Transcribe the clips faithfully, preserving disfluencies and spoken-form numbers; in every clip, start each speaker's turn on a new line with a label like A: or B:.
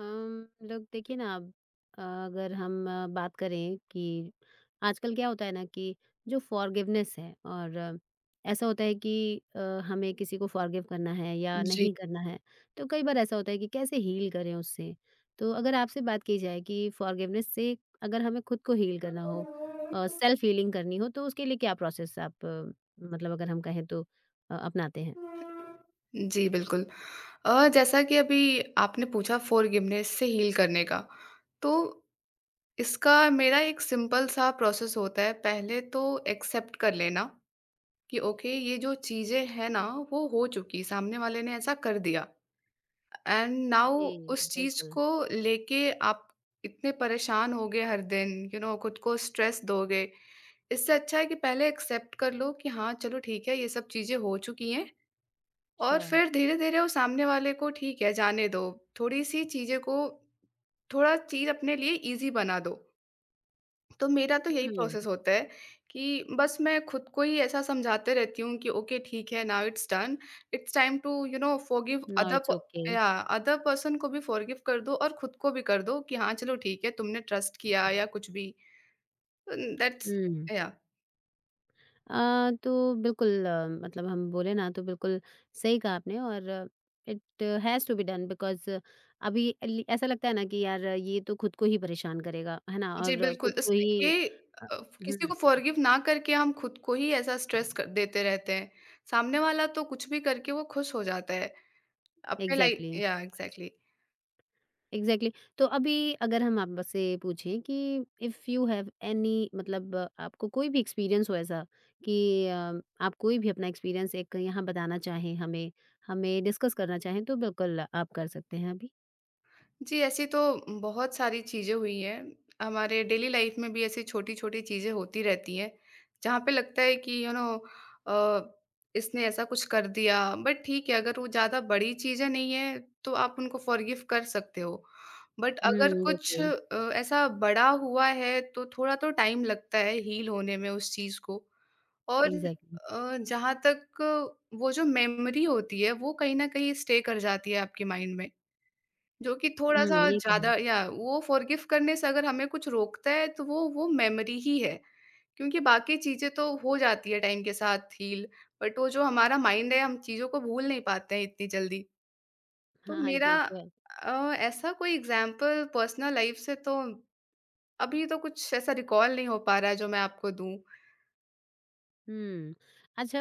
A: हम लोग देखिए ना अब अ, अगर हम अ, बात करें कि आजकल क्या होता है ना कि जो फॉरगिवनेस है और अ, ऐसा होता है कि अ, हमें किसी को फॉरगिव करना है या
B: जी।
A: नहीं करना है तो कई बार ऐसा होता है कि कैसे हील करें उससे। तो अगर आपसे बात की जाए कि फॉरगिवनेस से अगर हमें खुद को हील करना हो सेल्फ हीलिंग करनी हो तो उसके लिए क्या प्रोसेस आप अ, मतलब अगर हम कहें तो अ, अपनाते हैं।
B: जी, बिल्कुल। अ, जैसा कि अभी आपने पूछा फ़ॉरगिवनेस से हील करने का, तो इसका मेरा एक सिंपल सा प्रोसेस होता है। पहले तो एक्सेप्ट कर लेना कि ओके ये जो चीज़ें हैं ना, वो हो चुकी, सामने वाले ने ऐसा कर दिया एंड नाउ
A: जी
B: उस चीज़
A: बिल्कुल।
B: को लेके आप इतने परेशान होगे हर दिन, यू you नो know, खुद को स्ट्रेस दोगे। इससे अच्छा है कि पहले एक्सेप्ट कर लो कि हाँ, चलो ठीक है, ये सब चीज़ें हो चुकी हैं। और
A: श्योर।
B: फिर धीरे-धीरे वो सामने वाले को ठीक है जाने दो, थोड़ी-सी चीज़ें को थोड़ा चीज़ अपने लिए ईज़ी बना दो। तो मेरा तो यही
A: हम्म।
B: प्रोसेस होता है कि बस मैं खुद को ही ऐसा समझाते रहती हूँ कि ओके ठीक है now it's done, it's time to you know forgive
A: now
B: other
A: it's
B: प
A: ओके।
B: या अदर पर्सन को भी फॉरगिव कर दो और खुद को भी कर दो कि हाँ, चलो ठीक है तुमने ट्रस्ट किया या कुछ भी। That's
A: hmm.
B: या।
A: अ, तो बिल्कुल अ, मतलब हम बोले ना तो बिल्कुल सही कहा आपने और it has to be done because अभी अली- ऐसा लगता है ना कि यार ये तो खुद को ही परेशान करेगा है ना
B: जी,
A: और खुद
B: बिल्कुल,
A: को
B: इसमें
A: ही
B: कि
A: अ,
B: अ, किसी
A: हम्म।
B: को फ़ॉरगिव ना करके हम खुद को ही ऐसा स्ट्रेस कर देते रहते हैं। सामने वाला तो कुछ भी करके वो खुश हो जाता है। अपने लाइ
A: एग्जैक्टली।
B: या, एग्ज़ैक्टली।
A: एग्जैक्टली। तो अभी अगर हम आपसे पूछें कि इफ़ यू हैव एनी मतलब अ, आपको कोई भी एक्सपीरियंस हो ऐसा कि अ, आप कोई भी अपना एक्सपीरियंस एक यहाँ बताना चाहें हमें हमें डिस्कस करना चाहें तो बिल्कुल आप कर सकते हैं अभी।
B: जी, ऐसी तो बहुत सारी चीज़ें हुई हैं। हमारे डेली लाइफ में भी ऐसी छोटी-छोटी चीज़ें होती रहती हैं, जहाँ पे लगता है कि यू नो अ, इसने ऐसा कुछ कर दिया बट ठीक है अगर वो ज़्यादा बड़ी चीज़ें नहीं हैं, तो आप उनको फ़ॉरगिव कर सकते हो। बट जी। अगर
A: हम्म
B: कुछ
A: बिल्कुल।
B: अ, ऐसा बड़ा हुआ है, तो थोड़ा तो टाइम लगता है हील होने में उस चीज़ को। और
A: एग्ज़ैक्टली।
B: अ, जहाँ तक वो जो मेमोरी होती है, वो कहीं न कहीं स्टे कर जाती है आपके माइंड में। जो कि थोड़ा-सा
A: हुँ, ये तो है।
B: ज़्यादा या वो फ़ॉरगिव करने से अगर हमें कुछ रोकता है तो वो वो मेमोरी ही है, क्योंकि बाकी चीज़ें तो हो जाती है टाइम के साथ हील, बट वो जो हमारा माइंड है हम चीज़ों को भूल नहीं पाते हैं इतनी जल्दी। तो
A: हाँ,
B: मेरा
A: ये तो है।
B: अ, ऐसा कोई एग्ज़ाम्पल पर्सनल लाइफ़ से तो अभी तो कुछ ऐसा रिकॉल नहीं हो पा रहा है जो मैं आपको दूँ।
A: हुँ, अच्छा।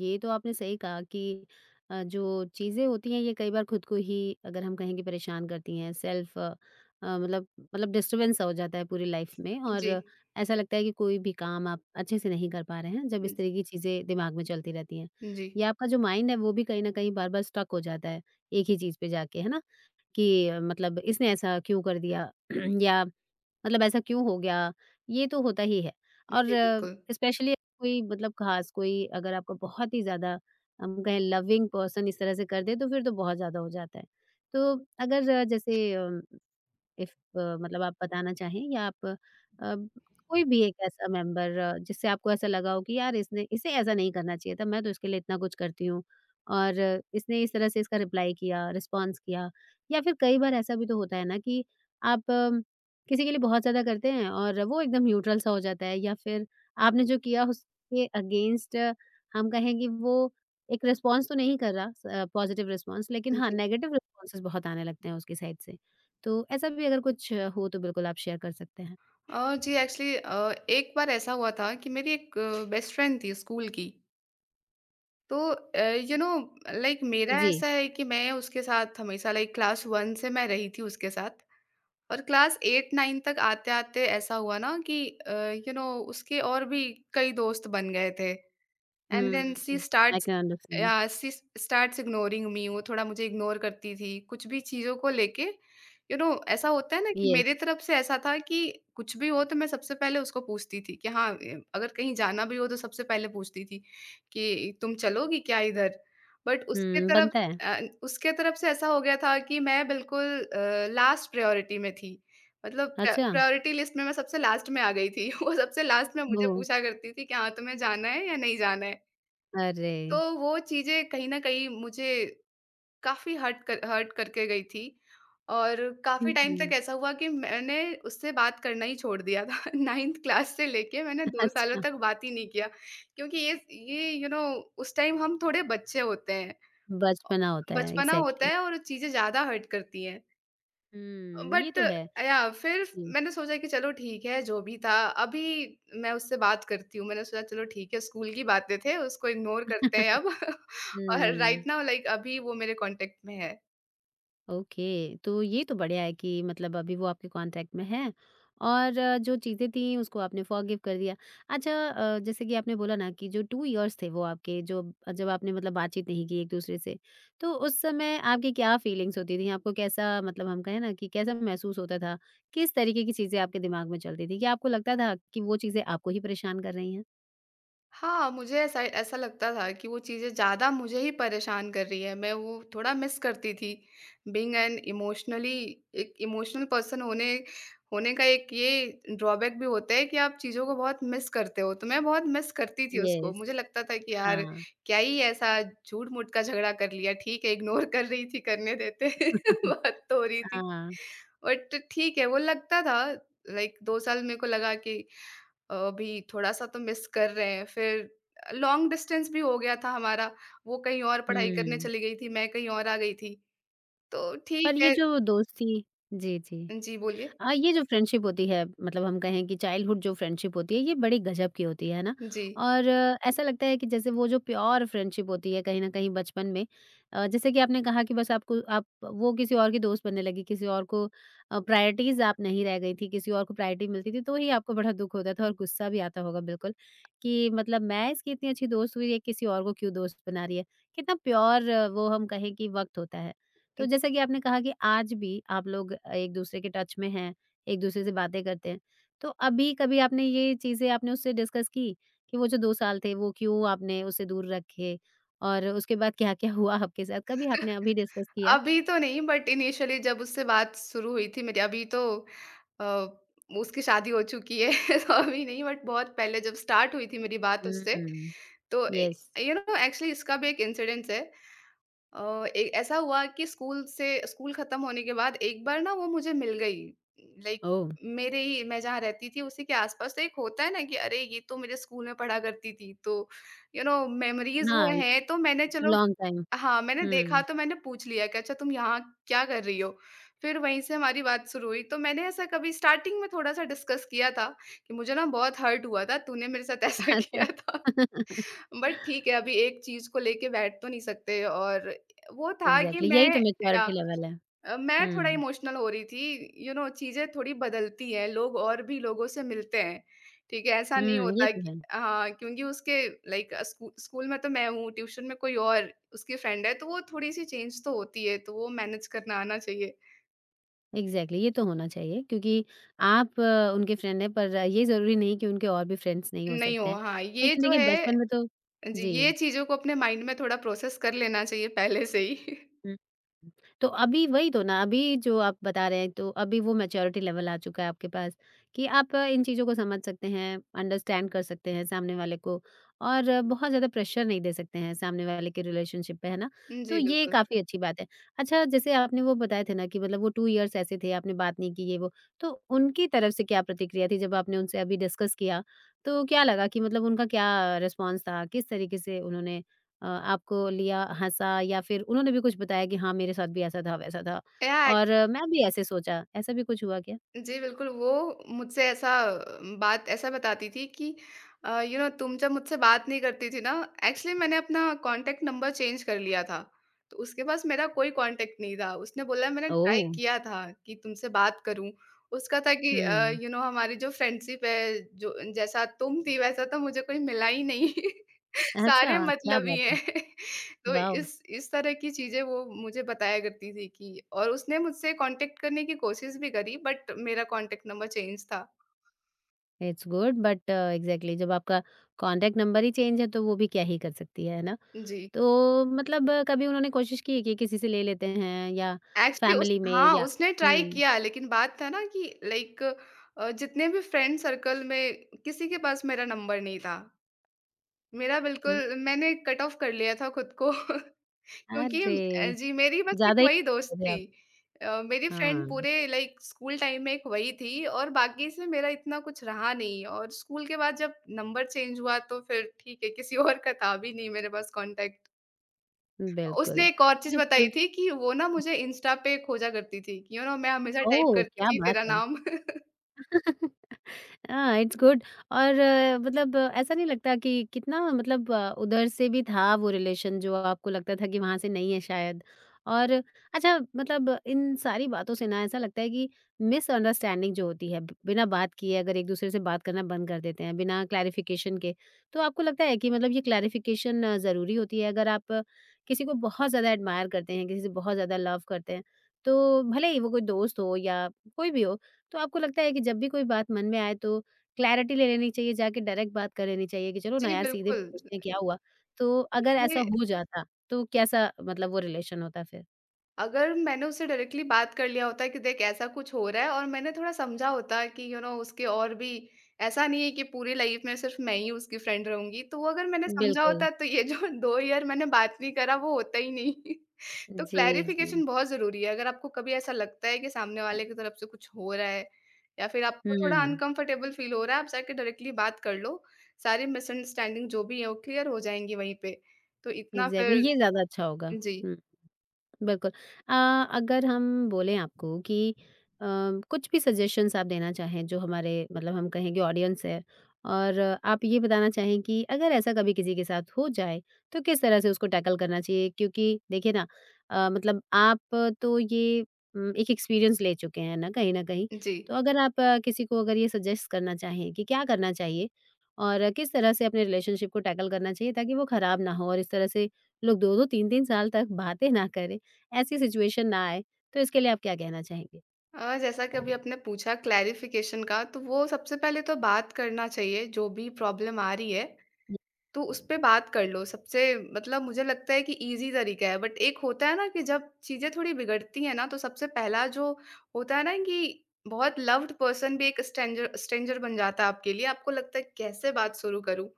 A: ये तो आपने सही कहा कि अ, जो चीज़ें होती हैं ये कई बार खुद को ही अगर हम कहें कि परेशान करती हैं सेल्फ़ अ, मतलब मतलब डिस्टर्बेंस सा हो जाता है पूरी लाइफ़ में और
B: जी।
A: ऐसा लगता है कि कोई भी काम आप अच्छे से नहीं कर पा रहे हैं, जब इस तरह की चीज़ें दिमाग में चलती रहती हैं।
B: हुँ, जी।
A: या आपका जो माइंड है वो भी कहीं न कहीं बार-बार स्टक हो जाता है, एक ही चीज़ पे जाके, है ना? कि अ, मतलब इसने ऐसा क्यों कर दिया? या मतलब ऐसा क्यों हो गया? ये तो होता ही है। और
B: जी, बिल्कुल।
A: स्पेशली कोई मतलब ख़ास कोई अगर आपका बहुत ही ज़्यादा हम कहें लविंग पर्सन इस तरह से कर दे तो फिर तो बहुत ज़्यादा हो जाता है। तो अगर अ, जैसे इफ अ, मतलब आप बताना चाहें या आप अ, कोई भी एक ऐसा मेंबर अ, जिससे आपको ऐसा लगा हो कि यार इसने इसे ऐसा नहीं करना चाहिए था, मैं तो इसके लिए इतना कुछ करती हूँ और इसने इस तरह से इसका रिप्लाई किया, रिस्पॉन्स किया। या फिर कई बार ऐसा भी तो होता है ना कि आप अम, किसी के लिए बहुत ज़्यादा करते हैं और वो एकदम न्यूट्रल सा हो जाता है या फिर आपने जो किया उसके अगेंस्ट हम कहें कि वो एक रिस्पॉन्स तो नहीं कर रहा अ, पॉजिटिव रिस्पॉन्स लेकिन हाँ,
B: जी।
A: नेगेटिव रिस्पॉन्सेज़ बहुत आने लगते हैं उसकी साइड से। तो ऐसा भी अगर कुछ हो तो बिल्कुल आप शेयर कर सकते हैं।
B: अ, जी एक्चुअली अ, एक बार ऐसा हुआ था कि मेरी एक बेस्ट फ्रेंड थी स्कूल की। तो अ, यू नो लाइक मेरा
A: जी।
B: ऐसा है कि मैं उसके साथ हमेशा लाइक क्लास वन से मैं रही थी उसके साथ और क्लास एट नाइन तक आते-आते ऐसा हुआ ना कि यू नो उसके और भी कई दोस्त बन गए थे and then she
A: hmm, I
B: starts
A: can understand.
B: Yeah she starts ignoring me, वो थोड़ा मुझे इग्नोर करती थी कुछ भी चीज़ों को लेके। यू नो ऐसा होता है ना कि
A: येस।
B: मेरे तरफ से ऐसा था कि कुछ भी हो तो मैं सबसे पहले उसको पूछती थी कि हाँ ए, अगर कहीं जाना भी हो तो सबसे पहले पूछती थी कि तुम चलोगी क्या इधर, बट उसके
A: हुँ,
B: तरफ
A: बनता है।
B: अ, उसके तरफ से ऐसा हो गया था कि मैं बिल्कुल लास्ट प्रायोरिटी में थी, मतलब
A: अच्छा,
B: प्रायोरिटी लिस्ट में मैं सबसे लास्ट में आ गई थी। वो सबसे लास्ट में मुझे
A: ओह!
B: पूछा करती थी कि हाँ तुम्हें जाना है या नहीं जाना है।
A: अरे!
B: तो वो चीज़ें कहीं न कहीं मुझे काफ़ी हर्ट कर हर्ट करके गई थी और
A: हुँ,
B: काफ़ी टाइम तक
A: हुँ।
B: ऐसा हुआ कि मैंने उससे बात करना ही छोड़ दिया था। नाइंथ क्लास से लेके मैंने दो सालों
A: अच्छा,
B: तक बात ही नहीं किया, क्योंकि ये ये यू नो उस टाइम हम थोड़े बच्चे होते हैं। अ,
A: बचपना होता है
B: बचपना होता
A: एग्ज़ैक्टली।
B: है और चीज़ें ज़्यादा हर्ट करती हैं।
A: हुँ, ये
B: बट
A: तो है।
B: या फिर
A: जी।
B: मैंने सोचा कि चलो ठीक है, जो भी था, अभी मैं उससे बात करती हूँ। मैंने सोचा चलो ठीक है, स्कूल की बातें थे, उसको इग्नोर करते हैं अब। और
A: हुँ।
B: राइट नाउ लाइक अभी वो मेरे कॉन्टेक्ट में है।
A: ओके, तो ये तो बढ़िया है कि मतलब अभी वो आपके कॉन्टैक्ट में हैं और अ, जो चीज़ें थीं उसको आपने फ़ॉरगिव कर दिया। अच्छा अ, जैसे कि आपने बोला ना कि जो टू इयर्स थे वो आपके जो जब आपने मतलब बातचीत नहीं की एक-दूसरे से, तो उस समय आपकी क्या फीलिंग्स होती थी? आपको कैसा मतलब हम कहें ना कि कैसा महसूस होता था? किस तरीके की चीज़ें आपके दिमाग में चलती थी? क्या आपको लगता था कि वो चीज़ें आपको ही परेशान कर रही हैं?
B: हाँ, मुझे ऐसा ऐसा लगता था कि वो चीज़ें ज़्यादा मुझे ही परेशान कर रही है, मैं वो थोड़ा मिस करती थी। बीइंग एन इमोशनली एक इमोशनल पर्सन होने होने का एक ये ड्रॉबैक भी होता है कि आप चीज़ों को बहुत मिस करते हो, तो मैं बहुत मिस करती थी उसको।
A: यस,
B: मुझे लगता था कि यार,
A: हाँ,
B: क्या ही ऐसा झूठ-मूठ का झगड़ा कर लिया, ठीक है, इग्नोर कर रही थी, करने देते, बात तो हो रही
A: हाँ,
B: थी।
A: हाँ,
B: बट ठीक है, वो लगता था लाइक दो साल मेरे को लगा कि अभी थोड़ा-सा तो मिस कर रहे हैं। फिर लॉन्ग डिस्टेंस भी हो गया था हमारा, वो कहीं और पढ़ाई करने
A: हुँ।
B: चली गई थी, मैं कहीं और आ गई थी। तो
A: पर
B: ठीक
A: ये
B: है।
A: जो दोस्ती। जी, जी।
B: जी, बोलिए?
A: अ, ये जो फ्रेंडशिप होती है मतलब हम कहें कि चाइल्डहुड जो फ्रेंडशिप होती है ये बड़ी गजब की होती है ना
B: जी।
A: और अ, ऐसा लगता है कि जैसे वो जो प्योर फ्रेंडशिप होती है कहीं ना कहीं बचपन में अ, जैसे कि आपने कहा कि बस आपको आप वो किसी और की दोस्त बनने लगी किसी और को प्रायोरिटीज आप नहीं रह गई थी किसी और को प्रायोरिटी मिलती थी तो ही आपको बड़ा दुख होता था और गुस्सा भी आता होगा बिल्कुल कि मतलब मैं इसकी इतनी अच्छी दोस्त हुई ये किसी और को क्यों दोस्त बना रही है। कितना प्योर वो हम कहें कि वक्त होता है। तो जैसा कि आपने कहा कि आज भी आप लोग एक दूसरे के टच में हैं, एक दूसरे से बातें करते हैं। तो अभी कभी आपने ये चीज़ें आपने उससे डिस्कस की कि वो जो दो साल थे वो क्यों आपने उसे दूर रखे और उसके बाद क्या-क्या हुआ आपके साथ? कभी आपने अभी डिस्कस किया?
B: अभी तो नहीं बट इनिशियली जब उससे बात शुरू हुई थी मेरी, अभी तो अ, उसकी शादी हो चुकी है, तो अभी नहीं बट बहुत पहले जब स्टार्ट हुई थी मेरी बात उससे,
A: हुँ,
B: तो ए,
A: येस।
B: यू नो एक्चुअली इसका भी एक इंसिडेंस है। अ, ए ऐसा हुआ कि स्कूल से स्कूल खत्म होने के बाद एक बार ना वो मुझे मिल गई। Like
A: oh!
B: मेरे ही मैं जहाँ रहती थी उसी के आस-पास, तो एक होता है ना कि अरे! ये तो मेरे स्कूल में पढ़ा करती थी। तो यू नो मेमोरीज़ वो
A: हाँ,
B: हैं तो मैंने चलो,
A: लॉन्ग टाइम।
B: हाँ, मैंने देखा
A: हुँ,
B: तो मैंने पूछ लिया कि अच्छा तुम यहाँ क्या कर रही हो? फिर वहीं से हमारी बात शुरू हुई। तो मैंने ऐसा कभी स्टार्टिंग में थोड़ा-सा डिस्कस किया था कि मुझे ना बहुत हर्ट हुआ था तूने मेरे साथ ऐसा किया था।
A: अच्छा।
B: बट ठीक है, अभी एक चीज़ को लेके बैठ तो नहीं सकते और वो था कि
A: एग्ज़ैक्टली यही
B: मैं
A: तो
B: या
A: मैच्योरिटी लेवल है।
B: अ, मैं थोड़ा
A: हुँ,
B: इमोशनल हो रही थी, यू नो चीज़ें थोड़ी बदलती हैं, लोग और भी लोगों से मिलते हैं, ठीक है? ऐसा नहीं
A: हुँ, ये
B: होता
A: तो
B: कि
A: है।
B: हाँ, क्योंकि उसके लाइक अ, स्कू स्कूल में तो मैं हूँ, ट्यूशन में कोई और उसकी फ्रेंड है, तो वो थोड़ी-सी चेंज तो होती है, तो वो मैनेज करना आना चाहिए।
A: एग्ज़ैक्टली ये तो होना चाहिए क्योंकि आप अ, उनके फ्रेंड हैं पर ये ज़रूरी नहीं कि उनके और भी फ्रेंड्स नहीं हो
B: नहीं
A: सकते
B: हो,
A: हैं।
B: हाँ, ये
A: लेकिन
B: जो
A: देखिए
B: है,
A: बचपन में तो।
B: जी,
A: जी।
B: ये चीज़ों को अपने माइंड में थोड़ा प्रोसेस कर लेना चाहिए पहले से ही।
A: हुँ। तो अभी वही तो ना, अभी जो आप बता रहे हैं, तो अभी वो मैच्योरिटी लेवल आ चुका है आपके पास कि आप अ, इन चीज़ों को समझ सकते हैं, अंडरस्टैंड कर सकते हैं सामने वाले को और अ, बहुत ज़्यादा प्रेशर नहीं दे सकते हैं सामने वाले के रिलेशनशिप पे, है ना? तो
B: जी,
A: ये
B: बिल्कुल।
A: काफ़ी अच्छी बात है। अच्छा, जैसे आपने वो बताए थे ना कि मतलब वो टू इयर्स ऐसे थे, आपने बात नहीं की, ये वो। तो उनकी तरफ से क्या प्रतिक्रिया थी जब आपने उनसे अभी डिस्कस किया? तो क्या लगा कि मतलब उनका क्या रिस्पॉन्स था? किस तरीके से उन्होंने अ, आपको लिया, हँसा या फिर उन्होंने भी कुछ बताया कि हाँ, मेरे साथ भी ऐसा था, वैसा था
B: या
A: और अ, मैं भी ऐसे सोचा, ऐसा भी कुछ हुआ क्या?
B: जी, बिल्कुल, वो मुझसे ऐसा बात ऐसा बताती थी कि अ, यू नो तुम जब मुझसे बात नहीं करती थी ना, एक्चुअली मैंने अपना कॉन्टैक्ट नंबर चेंज कर लिया था, तो उसके पास मेरा कोई कॉन्टैक्ट नहीं था। उसने बोला मैंने ट्राई
A: ओह!
B: किया था कि तुमसे बात करूँ, उसका था कि अ,
A: हुँ।
B: यू नो हमारी जो फ्रेंडशिप है, जो जैसा तुम थी वैसा तो मुझे कोई मिला ही नहीं,
A: अच्छा,
B: सारे
A: क्या
B: मतलबी
A: बात है।
B: हैं। तो
A: वाओ!
B: इस इस तरह की चीज़ें वो मुझे बताया करती थी कि, और उसने मुझसे कॉन्टैक्ट करने की कोशिश भी करी बट मेरा कॉन्टैक्ट नंबर चेंज था।
A: इट्स गुड बट एग्ज़ैक्टली जब आपका कॉन्टैक्ट नंबर ही चेंज है तो वो भी क्या ही कर सकती है, है ना?
B: जी,
A: तो मतलब अ, कभी उन्होंने कोशिश की है कि किसी से ले लेते हैं या
B: एक्चुअली उस
A: फैमिली में
B: हाँ,
A: या
B: उसने ट्राई
A: हुँ,
B: किया लेकिन बात था ना कि लाइक अ, जितने भी फ्रेंड सर्कल में किसी के पास मेरा नंबर नहीं था। मेरा
A: हुँ।
B: बिल्कुल मैंने कट ऑफ कर लिया था खुद को। क्योंकि अ,
A: अरे!
B: जी, मेरी बस एक
A: ज़्यादा ही
B: वही दोस्त
A: थे
B: थी।
A: आप।
B: अ, मेरी
A: हाँ,
B: फ्रेंड पूरे लाइक स्कूल टाइम में एक वही थी और बाकी से मेरा इतना कुछ रहा नहीं, और स्कूल के बाद जब नंबर चेंज हुआ तो फिर ठीक है, किसी और का था भी नहीं मेरे पास कॉन्टैक्ट।
A: बिल्कुल,
B: उसने एक और चीज़ बताई
A: बिल्कुल।
B: थी कि वो ना मुझे इंस्टा पे खोजा करती थी, कि यू नो मैं हमेशा टाइप
A: ओह!
B: करती
A: क्या
B: थी
A: बात
B: तेरा
A: है।
B: नाम।
A: हाँ, इट्स गुड। और अ, मतलब अ, ऐसा नहीं लगता कि कितना मतलब अ, उधर से भी था वो रिलेशन जो आपको लगता था कि वहाँ से नहीं है शायद। और अच्छा मतलब इन सारी बातों से ना ऐसा लगता है कि मिसअंडरस्टैंडिंग जो होती है, ब बिना बात किए अगर एक-दूसरे से बात करना बंद कर देते हैं, बिना क्लैरिफ़िकेशन के, तो आपको लगता है कि मतलब ये क्लैरिफ़िकेशन ज़रूरी होती है? अगर आप अ, किसी को बहुत ज़्यादा एडमायर करते हैं, किसी से बहुत ज़्यादा लव करते हैं, तो भले ही वो कोई दोस्त हो या कोई भी हो, तो आपको लगता है कि जब भी कोई बात मन में आए तो क्लैरिटी ले लेनी चाहिए, जाके डायरेक्ट बात कर लेनी चाहिए कि चलो ना
B: जी,
A: यार सीधे
B: बिल्कुल।
A: पूछते हैं क्या हुआ? तो अगर ऐसा
B: ये
A: हो जाता तो कैसा मतलब वो रिलेशन होता फिर?
B: अगर मैंने उससे डायरेक्टली बात कर लिया होता कि देख ऐसा कुछ हो रहा है और मैंने थोड़ा समझा होता कि यू नो उसके और भी, ऐसा नहीं है कि पूरी लाइफ में सिर्फ मैं ही उसकी फ्रेंड रहूंगी, तो वो अगर मैंने समझा
A: बिल्कुल।
B: होता तो ये जो दो ईयर मैंने बात नहीं करा वो होता ही नहीं। तो
A: जी, जी।
B: क्लैरिफिकेशन बहुत जरूरी है, अगर आपको कभी ऐसा लगता है कि सामने वाले की तरफ से कुछ हो रहा है या फिर आपको थोड़ा
A: हुँ,
B: अनकंफर्टेबल फील हो रहा है, आप जाके डायरेक्टली बात कर लो, सारी मिसअंडरस्टैंडिंग जो भी है वो क्लियर हो जाएंगी वहीं पे। तो इतना
A: एग्ज़ैक्टली
B: फिर।
A: ये ज़्यादा अच्छा होगा।
B: जी।
A: हुँ। बिल्कुल। अ, अगर हम बोलें आपको कि अ, कुछ भी सजेशंस आप देना चाहें जो हमारे मतलब हम कहें कि ऑडियंस है और आप ये बताना चाहें कि अगर ऐसा कभी किसी के साथ हो जाए, तो किस तरह से उसको टैकल करना चाहिए? क्योंकि देखिए ना अ, मतलब आप तो ये उम, एक एक्सपीरियंस ले चुके हैं ना कहीं न कहीं।
B: जी।
A: तो अगर आप अ, किसी को अगर ये सजेस्ट करना चाहें कि क्या करना चाहिए और किस तरह से अपने रिलेशनशिप को टैकल करना चाहिए ताकि वो खराब ना हो और इस तरह से लोग दो दो तीन तीन साल तक बातें ना करें? ऐसी सिचुएशन ना आए, तो इसके लिए आप क्या कहना चाहेंगे?
B: अ, जैसा कि अभी आपने पूछा क्लैरिफ़िकेशन का, तो वो सबसे पहले तो बात करना चाहिए, जो भी प्रॉब्लम आ रही है, तो उस पे बात कर लो। सबसे मतलब मुझे लगता है कि ईज़ी तरीका है, बट एक होता है ना कि जब चीज़ें थोड़ी बिगड़ती हैं ना, तो सबसे पहला जो होता है ना कि बहुत लव्ड पर्सन भी एक स्ट्रेंजर स्ट्रेंजर बन जाता है आपके लिए। आपको लगता है, कैसे बात शुरू करूँ?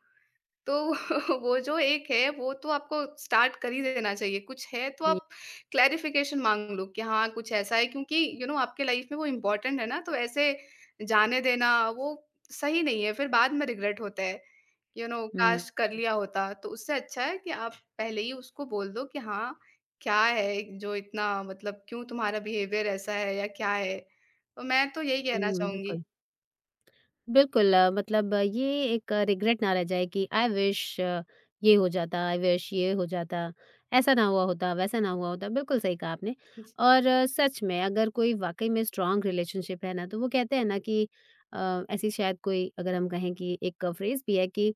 B: तो वो जो एक है, वो तो आपको स्टार्ट कर ही देना चाहिए। कुछ है तो आप क्लैरिफ़िकेशन माँग लो कि हाँ, कुछ ऐसा है, क्योंकि यू नो आपके लाइफ़ में वो इम्पोर्टेंट है ना, तो ऐसे जाने देना वो सही नहीं है, फिर बाद में रिग्रेट होता है। यू नो
A: हुँ,
B: काश कर लिया होता, तो उससे अच्छा है कि आप पहले ही उसको बोल दो कि हाँ, क्या है जो इतना मतलब क्यों तुम्हारा बिहेवियर ऐसा है या क्या है? तो मैं तो यही कहना
A: हुँ,
B: चाहूँगी।
A: बिल्कुल। बिल्कुल अ, मतलब अ, ये एक रिग्रेट ना रह जाए कि आई विश ये हो जाता, आई विश ये हो जाता, ऐसा ना हुआ होता, वैसा ना हुआ होता। बिल्कुल सही कहा आपने और अ, सच में अगर कोई वाक़ई में स्ट्रॉन्ग रिलेशनशिप है ना, तो वो कहते हैं ना कि अ, ऐसी शायद कोई अगर हम कहें कि एक फ्रेज़ भी है कि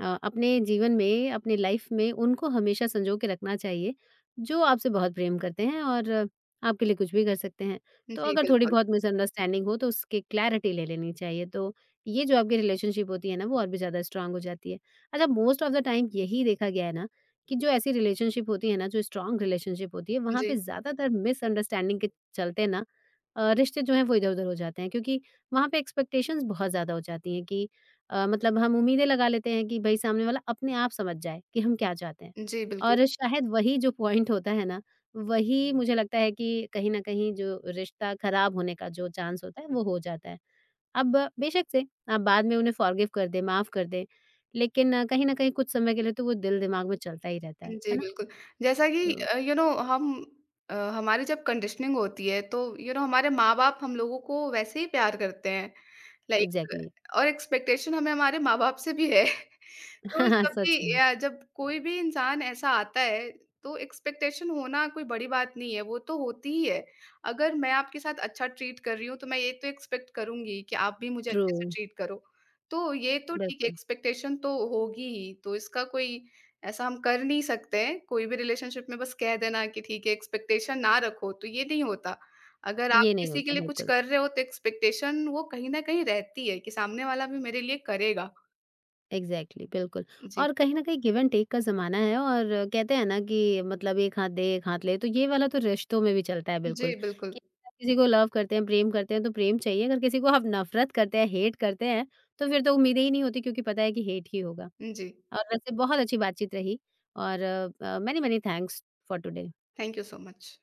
A: अ, अपने जीवन में, अपनी लाइफ़ में उनको हमेशा सँजो के रखना चाहिए, जो आपसे बहुत प्रेम करते हैं और अ, आपके लिए कुछ भी कर सकते हैं।
B: जी,
A: तो
B: जी,
A: अगर
B: बिल्कुल।
A: थोड़ी-बहुत मिसअंडरस्टैंडिंग हो, तो उसकी क्लैरिटी ले लेनी चाहिए। तो ये जो आपकी रिलेशनशिप होती है ना वो और भी ज़्यादा स्ट्रांग हो जाती है। अच्छा मोस्ट ऑफ द टाइम यही देखा गया है ना कि जो ऐसी रिलेशनशिप होती है ना, जो स्ट्रांग रिलेशनशिप होती है वहाँ पे
B: जी,
A: ज़्यादातर मिसअंडरस्टैंडिंग के चलते ना अ, रिश्ते जो हैं वो इधर-उधर हो जाते हैं क्योंकि वहाँ पे एक्सपेक्टेशंस बहुत ज़्यादा हो जाती हैं कि अ, मतलब हम उम्मीदें लगा लेते हैं कि भई सामने वाला अपने आप समझ जाए कि हम क्या चाहते हैं।
B: जी, बिल्कुल।
A: और शायद वही जो पॉइंट होता है ना, वही मुझे लगता है कि कहीं न कहीं जो रिश्ता खराब होने का जो चांस होता है वो हो जाता है। अब बेशक से आप बाद में उन्हें फ़ॉरगिव कर दें, माफ़ कर दें, लेकिन अ, कहीं न कहीं कुछ समय के लिए तो वो दिल-दिमाग में चलता ही रहता है, है
B: जी,
A: ना?
B: बिल्कुल। जैसा कि
A: तो
B: अ, यू नो हम अ, हमारी जब कंडीशनिंग होती है तो यू नो हमारे माँ-बाप हम लोगों को वैसे ही प्यार करते हैं। Like,
A: exactly.
B: और एक्सपेक्टेशन हमें हमारे माँ-बाप से भी है। तो जब भी
A: सच में,
B: या जब कोई भी इंसान ऐसा आता है, तो एक्सपेक्टेशन होना कोई बड़ी बात नहीं है, वो तो होती ही है। अगर मैं आपके साथ अच्छा ट्रीट कर रही हूँ, तो मैं ये तो एक्सपेक्ट करूँगी कि आप भी मुझे
A: ट्रू,
B: अच्छे से ट्रीट करो। तो ये तो ठीक है,
A: बिल्कुल,
B: एक्सपेक्टेशन तो होगी ही, तो इसका कोई ऐसा हम कर नहीं सकते हैं, कोई भी रिलेशनशिप में बस कह देना कि ठीक है, एक्सपेक्टेशन ना रखो, तो ये नहीं होता। अगर आप
A: ये नहीं
B: किसी के
A: होता,
B: लिए कुछ
A: बिल्कुल,
B: कर रहे हो तो एक्सपेक्टेशन वो कहीं न कहीं रहती है कि सामने वाला भी मेरे लिए करेगा।
A: एग्ज़ैक्टली, बिल्कुल
B: जी।
A: और कहीं न कहीं गिव एंड टेक का ज़माना है और कहते हैं ना कि मतलब एक हाथ दे, एक हाथ ले, तो ये वाला तो रिश्तों में भी चलता है बिल्कुल,
B: जी,
A: कि
B: बिल्कुल।
A: आप किसी को लव करते हैं, प्रेम करते हैं, तो प्रेम चाहिए, अगर किसी को आप नफ़रत करते हैं, हेट करते हैं, तो फिर तो उम्मीदें ही नहीं होती क्योंकि पता है कि हेट ही होगा।
B: जी,
A: और वैसे बहुत अच्छी बातचीत रही और अ, many many thanks for today.
B: Thank you so much.